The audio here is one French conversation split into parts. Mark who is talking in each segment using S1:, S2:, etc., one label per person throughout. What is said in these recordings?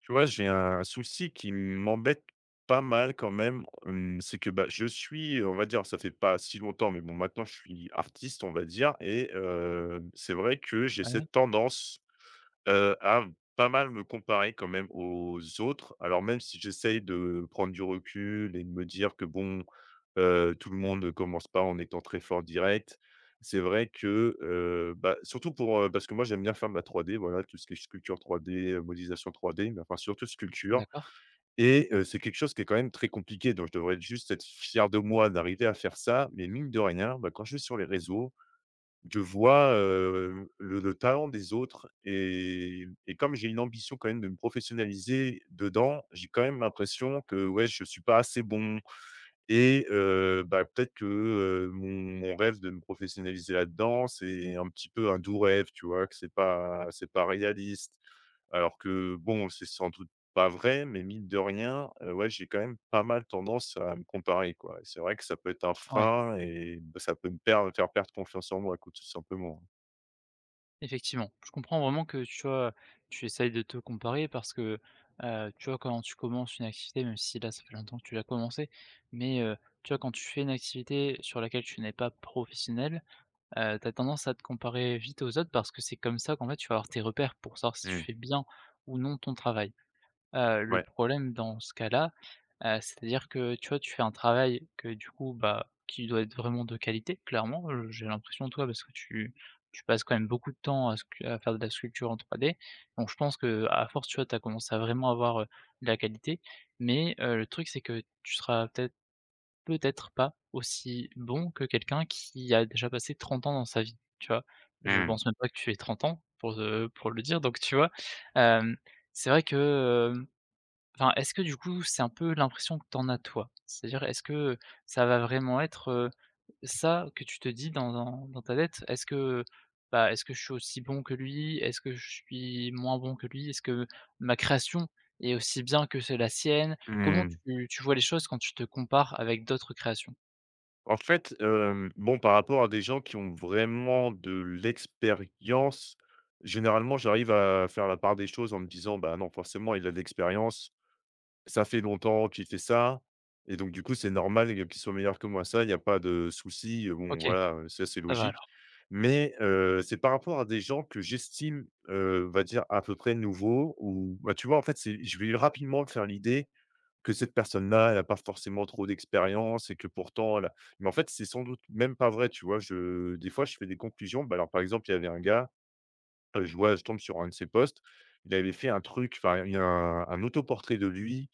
S1: Tu vois, j'ai un souci qui m'embête pas mal quand même, c'est que, bah, je suis, on va dire, ça fait pas si longtemps, mais bon, maintenant je suis artiste, on va dire, et c'est vrai que j'ai
S2: Ouais,
S1: cette tendance à pas mal me comparer quand même aux autres. Alors même si j'essaye de prendre du recul et de me dire que bon, tout le monde ne commence pas en étant très fort direct. C'est vrai que, bah, surtout pour, parce que moi j'aime bien faire de la 3D, voilà, tout ce qui est sculpture 3D, modélisation 3D, mais enfin surtout sculpture.
S2: d'accord,
S1: Et c'est quelque chose qui est quand même très compliqué, donc je devrais juste être fier de moi d'arriver à faire ça, mais mine de rien, bah, quand je suis sur les réseaux, je vois, le talent des autres, et comme j'ai une ambition quand même de me professionnaliser dedans, j'ai quand même l'impression que, ouais, je suis pas assez bon, et bah, peut-être que, mon rêve de me professionnaliser là-dedans, c'est un petit peu un doux rêve, tu vois? Que c'est pas réaliste. Alors que bon, c'est sans doute pas vrai, mais mine de rien, ouais, j'ai quand même pas mal tendance à me comparer, quoi. Et c'est vrai que ça peut être un
S2: ouais,
S1: frein, et, bah, ça peut me faire perdre confiance en moi, quoi, tout simplement.
S2: effectivement. Je comprends vraiment que tu vois, tu essayes de te comparer parce que, tu vois, quand tu commences une activité, même si là, ça fait longtemps que tu l'as commencé, mais, tu vois, quand tu fais une activité sur laquelle tu n'es pas professionnel. Tu as tendance à te comparer vite aux autres parce que c'est comme ça qu'en fait, tu vas avoir tes repères pour savoir si tu
S1: Mmh.
S2: fais bien ou non ton travail. Le
S1: Ouais.
S2: problème dans ce cas-là, c'est-à-dire que, tu vois, tu fais un travail que du coup, bah, qui doit être vraiment de qualité, clairement. J'ai l'impression, toi, parce que tu passes quand même beaucoup de temps à scu à faire de la sculpture en 3D. Donc je pense que à force, tu vois, tu as commencé à vraiment avoir, de la qualité. Mais, le truc, c'est que tu seras peut-être pas aussi bon que quelqu'un qui a déjà passé 30 ans dans sa vie, tu vois? Je
S1: Mmh.
S2: pense même pas que tu aies 30 ans pour le dire. Donc tu vois? Hem, c'est vrai que, enfin, est-ce que du coup, c'est un peu l'impression que t'en as toi? C'est-à-dire, est-ce que ça va vraiment être, ça que tu te dis dans ta tête? Est-ce que, bah, est-ce que je suis aussi bon que lui? Est-ce que je suis moins bon que lui? Est-ce que ma création est aussi bien que c'est la sienne? Comment
S1: Mmh.
S2: tu vois les choses quand tu te compares avec d'autres créations?
S1: En fait, bon, par rapport à des gens qui ont vraiment de l'expérience, généralement, j'arrive à faire la part des choses en me disant: «Bah, non, forcément, il a de l'expérience, ça fait longtemps qu'il fait ça, et donc du coup, c'est normal, qu'il soit meilleur que moi». Ça, il y a pas de souci, bon,
S2: OK,
S1: voilà, ça, c'est
S2: ça va
S1: logique.
S2: alors.
S1: Mais c'est par rapport à des gens que j'estime, on va dire, à peu près nouveaux, ou, bah, tu vois, en fait, c'est je vais rapidement faire l'idée que cette personne-là, elle n'a pas forcément trop d'expérience et que pourtant elle a, mais en fait, c'est sans doute même pas vrai, tu vois? Je des fois, je fais des conclusions. Bah, alors, par exemple, il y avait un gars, je vois, je tombe sur un de ses posts, il avait fait un truc, enfin, il y a un autoportrait de lui,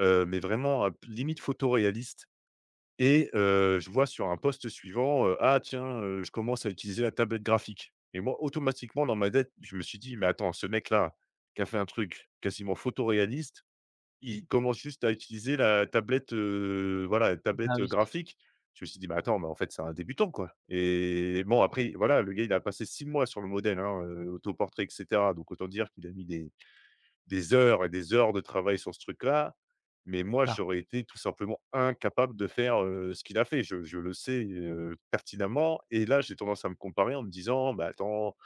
S1: mais vraiment, limite photoréaliste, et je vois sur un post suivant, «Ah tiens, je commence à utiliser la tablette graphique», et moi, automatiquement, dans ma tête, je me suis dit: «Mais attends, ce mec-là, qui a fait un truc quasiment photoréaliste, ils commencent juste à utiliser la tablette, la
S2: Ah
S1: tablette
S2: oui,
S1: graphique.» Je me suis dit: «Mais attends, mais en fait, c'est un débutant, quoi.» Et bon, après, voilà, le gars, il a passé 6 mois sur le modèle, hein, autoportrait, et cetera. Donc autant dire qu'il a mis des heures et des heures de travail sur ce truc-là. Mais moi,
S2: ça,
S1: j'aurais été tout simplement incapable de faire, ce qu'il a fait. Je le sais, pertinemment, et là, j'ai tendance à me comparer en me disant: «Bah, attends,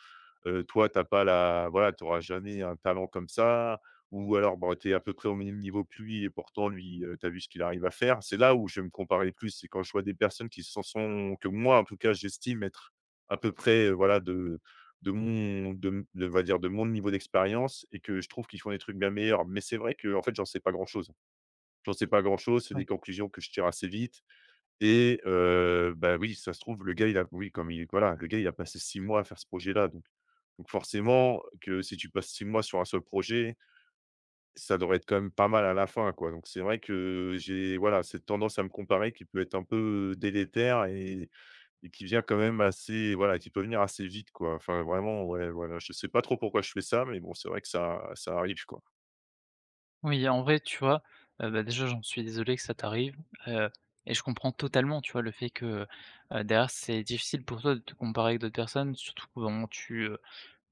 S1: toi, t'as pas la voilà, t'auras jamais un talent comme ça, ou alors, bon, t'es à peu près au même niveau que lui, et pourtant lui, tu vu ce qu'il arrive à faire.» C'est là où je vais me comparer le plus, c'est quand je vois des personnes qui s'en sont que moi, en tout cas, j'estime être à peu près, voilà, de mon de m de on va dire, de mon niveau d'expérience, et que je trouve qu'ils font des trucs bien meilleurs. Mais c'est vrai que en fait, j'en sais pas grand-chose. J'en sais pas grand-chose, c'est des
S2: oui.
S1: conclusions que je tire assez vite, et bah, oui, ça se trouve, le gars, il a passé 6 mois à faire ce projet-là. Donc forcément que si tu passes 6 mois sur un seul projet, ça devrait être quand même pas mal à la fin, quoi. Donc c'est vrai que j'ai, voilà, cette tendance à me comparer qui peut être un peu délétère, et qui vient quand même assez, voilà, qui peut venir assez vite, quoi. Enfin vraiment, ouais, voilà, je sais pas trop pourquoi je fais ça, mais bon, c'est vrai que ça arrive, quoi.
S2: Oui, en vrai, tu vois, bah, déjà, j'en suis désolé que ça t'arrive, heu et je comprends totalement, tu vois, le fait que, derrière, c'est difficile pour toi de te comparer avec d'autres personnes, surtout qu'au moment tu,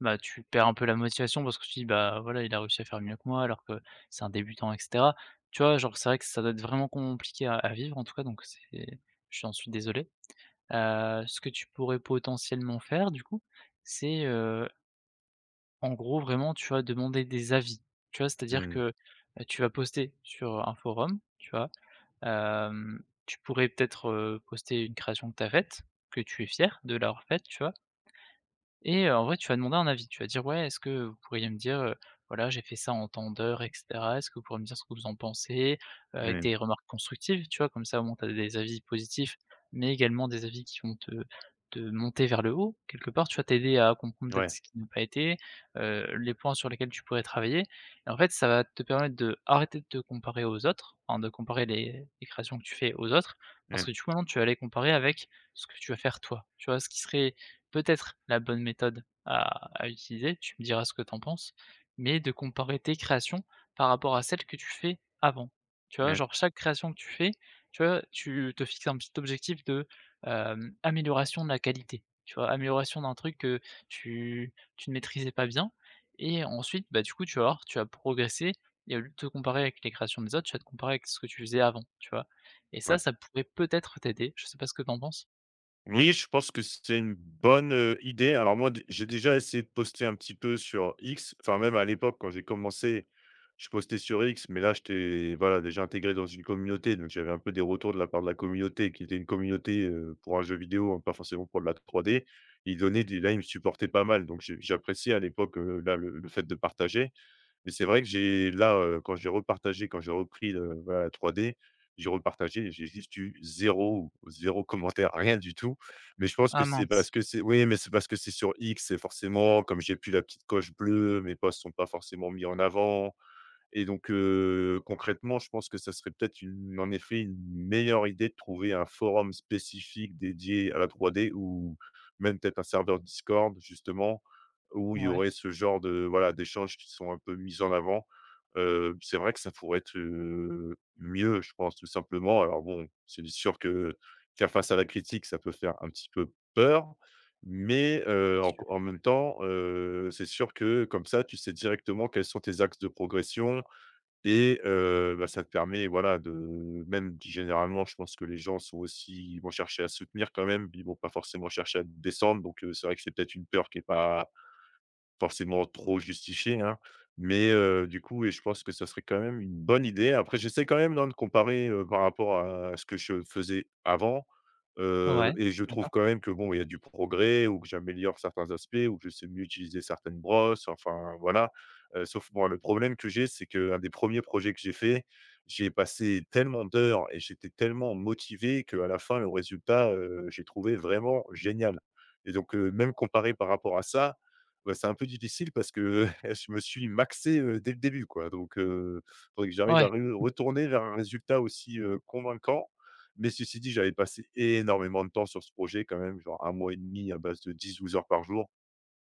S2: bah, tu perds un peu la motivation parce que tu dis: «Bah, voilà, il a réussi à faire mieux que moi alors que c'est un débutant» et cetera. Tu vois, genre, c'est vrai que ça doit être vraiment compliqué à vivre, en tout cas, donc c'est j'en suis désolé. Ce que tu pourrais potentiellement faire, du coup, c'est, en gros, vraiment, tu vas demander des avis, tu vois? C'est-à-dire
S1: Mmh,
S2: que, tu vas poster sur un forum, tu vois? Tu pourrais peut-être, poster une création que tu as faite, que tu es fier de l'avoir faite, tu vois? Et en vrai, tu vas demander un avis. Tu vas dire: «Ouais, est-ce que vous pourriez me dire, voilà, j'ai fait ça en tant d'heures et cetera. Est-ce que vous pourriez me dire ce que vous en pensez?» Avec
S1: mmh,
S2: des remarques constructives, tu vois? Comme ça, au moins, tu as des avis positifs, mais également des avis qui vont te monter vers le haut, quelque part. Tu vas t'aider à comprendre peut-être
S1: ouais,
S2: ce qui n'a pas été, les points sur lesquels tu pourrais travailler. Et en fait, ça va te permettre de arrêter de te comparer aux autres, enfin, de comparer les créations que tu fais aux autres, parce
S1: mmh,
S2: que du coup, maintenant, tu vas les comparer avec ce que tu vas faire toi. Tu vois? Ce qui serait peut-être la bonne méthode à utiliser, tu me diras ce que t'en penses, mais de comparer tes créations par rapport à celles que tu fais avant. Tu vois?
S1: mmh,
S2: Genre chaque création que tu fais, tu vois, tu te fixes un petit objectif de, amélioration de la qualité, tu vois? Amélioration d'un truc que tu ne maîtrisais pas bien et ensuite, bah, du coup, tu vas voir, tu vas progresser et au lieu de te comparer avec les créations des autres, tu vas te comparer avec ce que tu faisais avant, tu vois? Et ça,
S1: ouais.
S2: ça pourrait peut-être t'aider, je sais pas ce que t'en penses?
S1: Oui, je pense que c'est une bonne, idée. Alors moi, d j'ai déjà essayé de poster un petit peu sur X, enfin même à l'époque quand j'ai commencé, je postais sur X, mais là j'étais, voilà, déjà intégré dans une communauté, donc j'avais un peu des retours de la part de la communauté qui était une communauté, pour un jeu vidéo, hein, pas forcément pour de la 3D. Ils donnaient des, là, ils me supportaient pas mal, donc j'appréciais à l'époque, là le fait de partager. Mais c'est vrai que quand j'ai repartagé, quand j'ai repris le voilà la 3D, j'ai repartagé, j'ai juste eu zéro zéro 0 commentaire, rien du tout. Mais je pense que
S2: Ah
S1: c'est
S2: mince,
S1: parce que c'est oui, mais c'est parce que c'est sur X, c'est forcément, comme j'ai plus la petite coche bleue, mes posts sont pas forcément mis en avant. Et donc, concrètement, je pense que ça serait peut-être une en effet, une meilleure idée de trouver un forum spécifique dédié à la 3D, ou même peut-être un serveur Discord justement, où il y
S2: ouais,
S1: aurait ce genre de, voilà, d'échanges qui sont un peu mis en avant. C'est vrai que ça pourrait être, mieux, je pense, tout simplement. Alors bon, c'est sûr que faire face à la critique, ça peut faire un petit peu peur, mais, en même temps, c'est sûr que, comme ça, tu sais directement quels sont tes axes de progression, et bah, ça te permet, voilà, de même généralement, je pense que les gens sont aussi, ils vont chercher à soutenir quand même, ils vont pas forcément chercher à descendre, donc c'est vrai que c'est peut-être une peur qui est pas forcément trop justifié, hein, mais du coup, et je pense que ça serait quand même une bonne idée. Après, j'essaie quand même, hein, de comparer, par rapport à ce que je faisais avant,
S2: ouais,
S1: et je trouve
S2: d'accord.
S1: quand même que bon, il y a du progrès, ou que j'améliore certains aspects, ou que je sais mieux utiliser certaines brosses, enfin voilà, sauf bon, le problème que j'ai, c'est qu'un des premiers projets que j'ai fait, j'ai passé tellement d'heures et j'étais tellement motivé qu'à la fin, le résultat, j'ai trouvé vraiment génial, et donc même comparé par rapport à ça, ouais, c'est un peu difficile parce que, je me suis maxé, dès le début, quoi, donc il faudrait que j'arrive
S2: Ouais,
S1: à re retourner vers un résultat aussi, convaincant. Mais ceci dit, j'avais passé énormément de temps sur ce projet quand même, genre un mois et demi à base de 10, 12 heures par jour.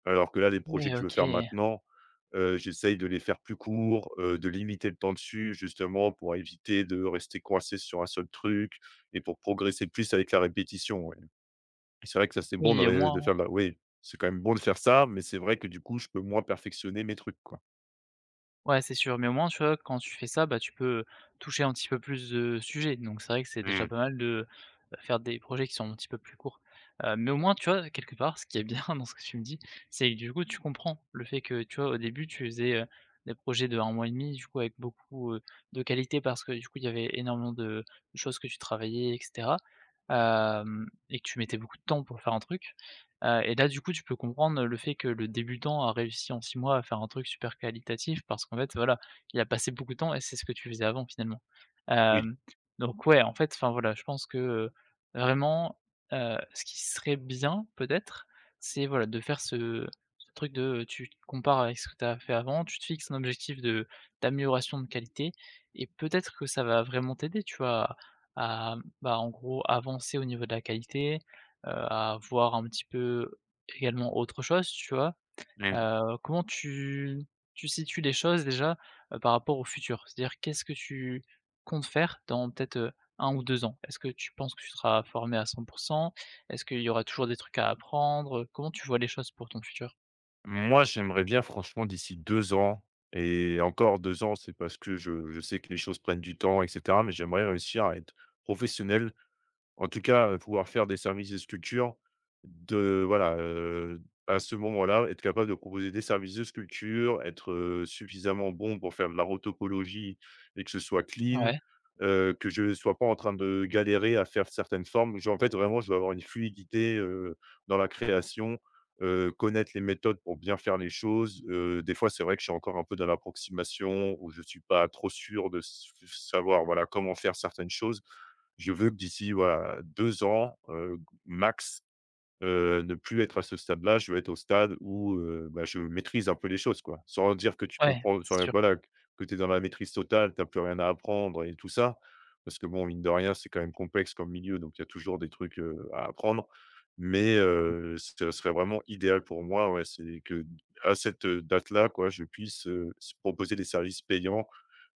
S1: Alors que là, les projets
S2: ouais,
S1: que je veux
S2: OK.
S1: faire maintenant, j'essaye de les faire plus courts, de limiter le temps dessus justement pour éviter de rester coincé sur un seul truc, et pour progresser plus avec la répétition, ouais. C'est vrai que ça, c'est bon de
S2: Oui, au
S1: ré de
S2: moins
S1: faire de la, oui, c'est quand même bon de faire ça, mais c'est vrai que du coup, je peux moins perfectionner mes trucs, quoi.
S2: ouais, c'est sûr, mais au moins, tu vois, quand tu fais ça, bah, tu peux toucher un petit peu plus de sujets, donc c'est vrai que c'est déjà
S1: Mmh,
S2: pas mal de, bah, faire des projets qui sont un petit peu plus courts. Mais au moins, tu vois, quelque part, ce qui est bien dans ce que tu me dis, c'est que, du coup, tu comprends le fait que, tu vois, au début, tu faisais, des projets de un mois et demi, du coup, avec beaucoup, de qualité parce que, du coup, il y avait énormément de choses que tu travaillais et cetera, hem et que tu mettais beaucoup de temps pour faire un truc. Et là, du coup, tu peux comprendre le fait que le débutant a réussi en 6 mois à faire un truc super qualitatif parce qu'en fait, voilà, il a passé beaucoup de temps et c'est ce que tu faisais avant finalement.
S1: oui.
S2: Hem, donc ouais, en fait, enfin voilà, je pense que, vraiment, ce qui serait bien peut-être, c'est voilà, de faire ce truc de, tu te compares avec ce que tu as fait avant, tu te fixes un objectif de d'amélioration de qualité et peut-être que ça va vraiment t'aider, tu vois? À, bah, en gros, avancer au niveau de la qualité, à voir un petit peu également autre chose, tu vois? Comment tu situes les choses déjà, par rapport au futur? C'est-à-dire qu'est-ce que tu comptes faire dans peut-être, 1 ou 2 ans? Est-ce que tu penses que tu seras formé à 100%? Est-ce qu'il y aura toujours des trucs à apprendre? Comment tu vois les choses pour ton futur?
S1: Moi, j'aimerais bien franchement d'ici 2 ans, et encore 2 ans, c'est parce que je sais que les choses prennent du temps, et cetera, mais j'aimerais réussir à être professionnel. En tout cas, pouvoir faire des services de sculpture, de voilà, à ce moment-là, être capable de proposer des services de sculpture, être, suffisamment bon pour faire de la rotopologie et que ce soit clean,
S2: Ouais,
S1: que je ne sois pas en train de galérer à faire certaines formes. J'ai, en fait, vraiment, je dois avoir une fluidité, dans la création, connaître les méthodes pour bien faire les choses. Des fois, c'est vrai que je suis encore un peu dans l'approximation où je ne suis pas trop sûr de s savoir, voilà, comment faire certaines choses. Je veux que d'ici, voilà, 2 ans, max, ne plus être à ce stade-là. Je veux être au stade où, bah, je maîtrise un peu les choses, quoi. Sans dire que tu
S2: ouais,
S1: comprends,
S2: c'est
S1: enfin,
S2: sûr.
S1: voilà, que tu es dans la maîtrise totale, tu as plus rien à apprendre et tout ça. Parce que bon, mine de rien, c'est quand même complexe comme milieu, donc il y a toujours des trucs, à apprendre. Mais, ce serait vraiment idéal pour moi, ouais, c'est que à cette, date-là, quoi, je puisse, s proposer des services payants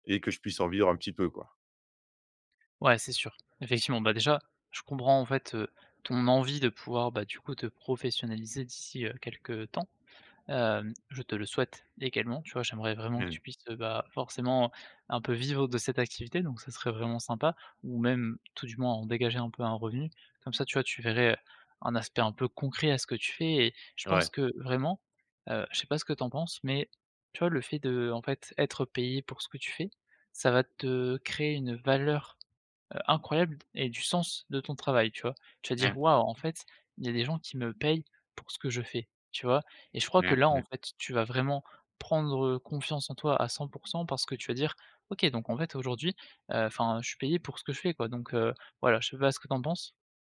S1: et que je puisse en vivre un petit peu, quoi.
S2: Ouais, c'est sûr. Effectivement, bah, déjà, je comprends en fait, ton envie de pouvoir, bah, du coup, te professionnaliser d'ici, quelque temps. Je te le souhaite également, tu vois? J'aimerais vraiment que
S1: Mmh.
S2: tu puisses, bah, forcément un peu vivre de cette activité, donc ça serait vraiment sympa ou même tout du moins en dégager un peu un revenu. Comme ça, tu vois, tu verrais, un aspect un peu concret à ce que tu fais et je pense
S1: Ouais.
S2: que vraiment, je sais pas ce que t'en penses, mais tu vois, le fait de, en fait, être payé pour ce que tu fais, ça va te créer une valeur incroyable et du sens de ton travail, tu vois? Tu vas dire:
S1: Mmh.
S2: «Waouh, en fait, il y a des gens qui me payent pour ce que je fais», tu vois? Et je crois que
S1: Mmh.
S2: là, en
S1: Mmh.
S2: fait, tu vas vraiment prendre, confiance en toi à 100% parce que tu vas dire: «OK, donc en fait, aujourd'hui, enfin, je suis payé pour ce que je fais, quoi», donc voilà, je sais pas ce que t'en penses?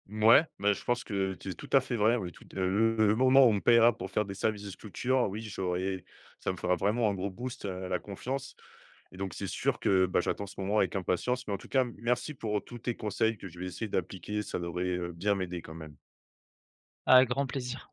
S1: Ouais, bah, je pense que c'est tout à fait vrai, oui, tout, le moment où on me paiera pour faire des services de sculpture, oui, j'aurai, ça me fera vraiment un gros boost à la confiance, et donc c'est sûr que, bah, j'attends ce moment avec impatience, mais en tout cas, merci pour tous tes conseils que je vais essayer d'appliquer, ça devrait, bien m'aider quand même.
S2: À grand plaisir.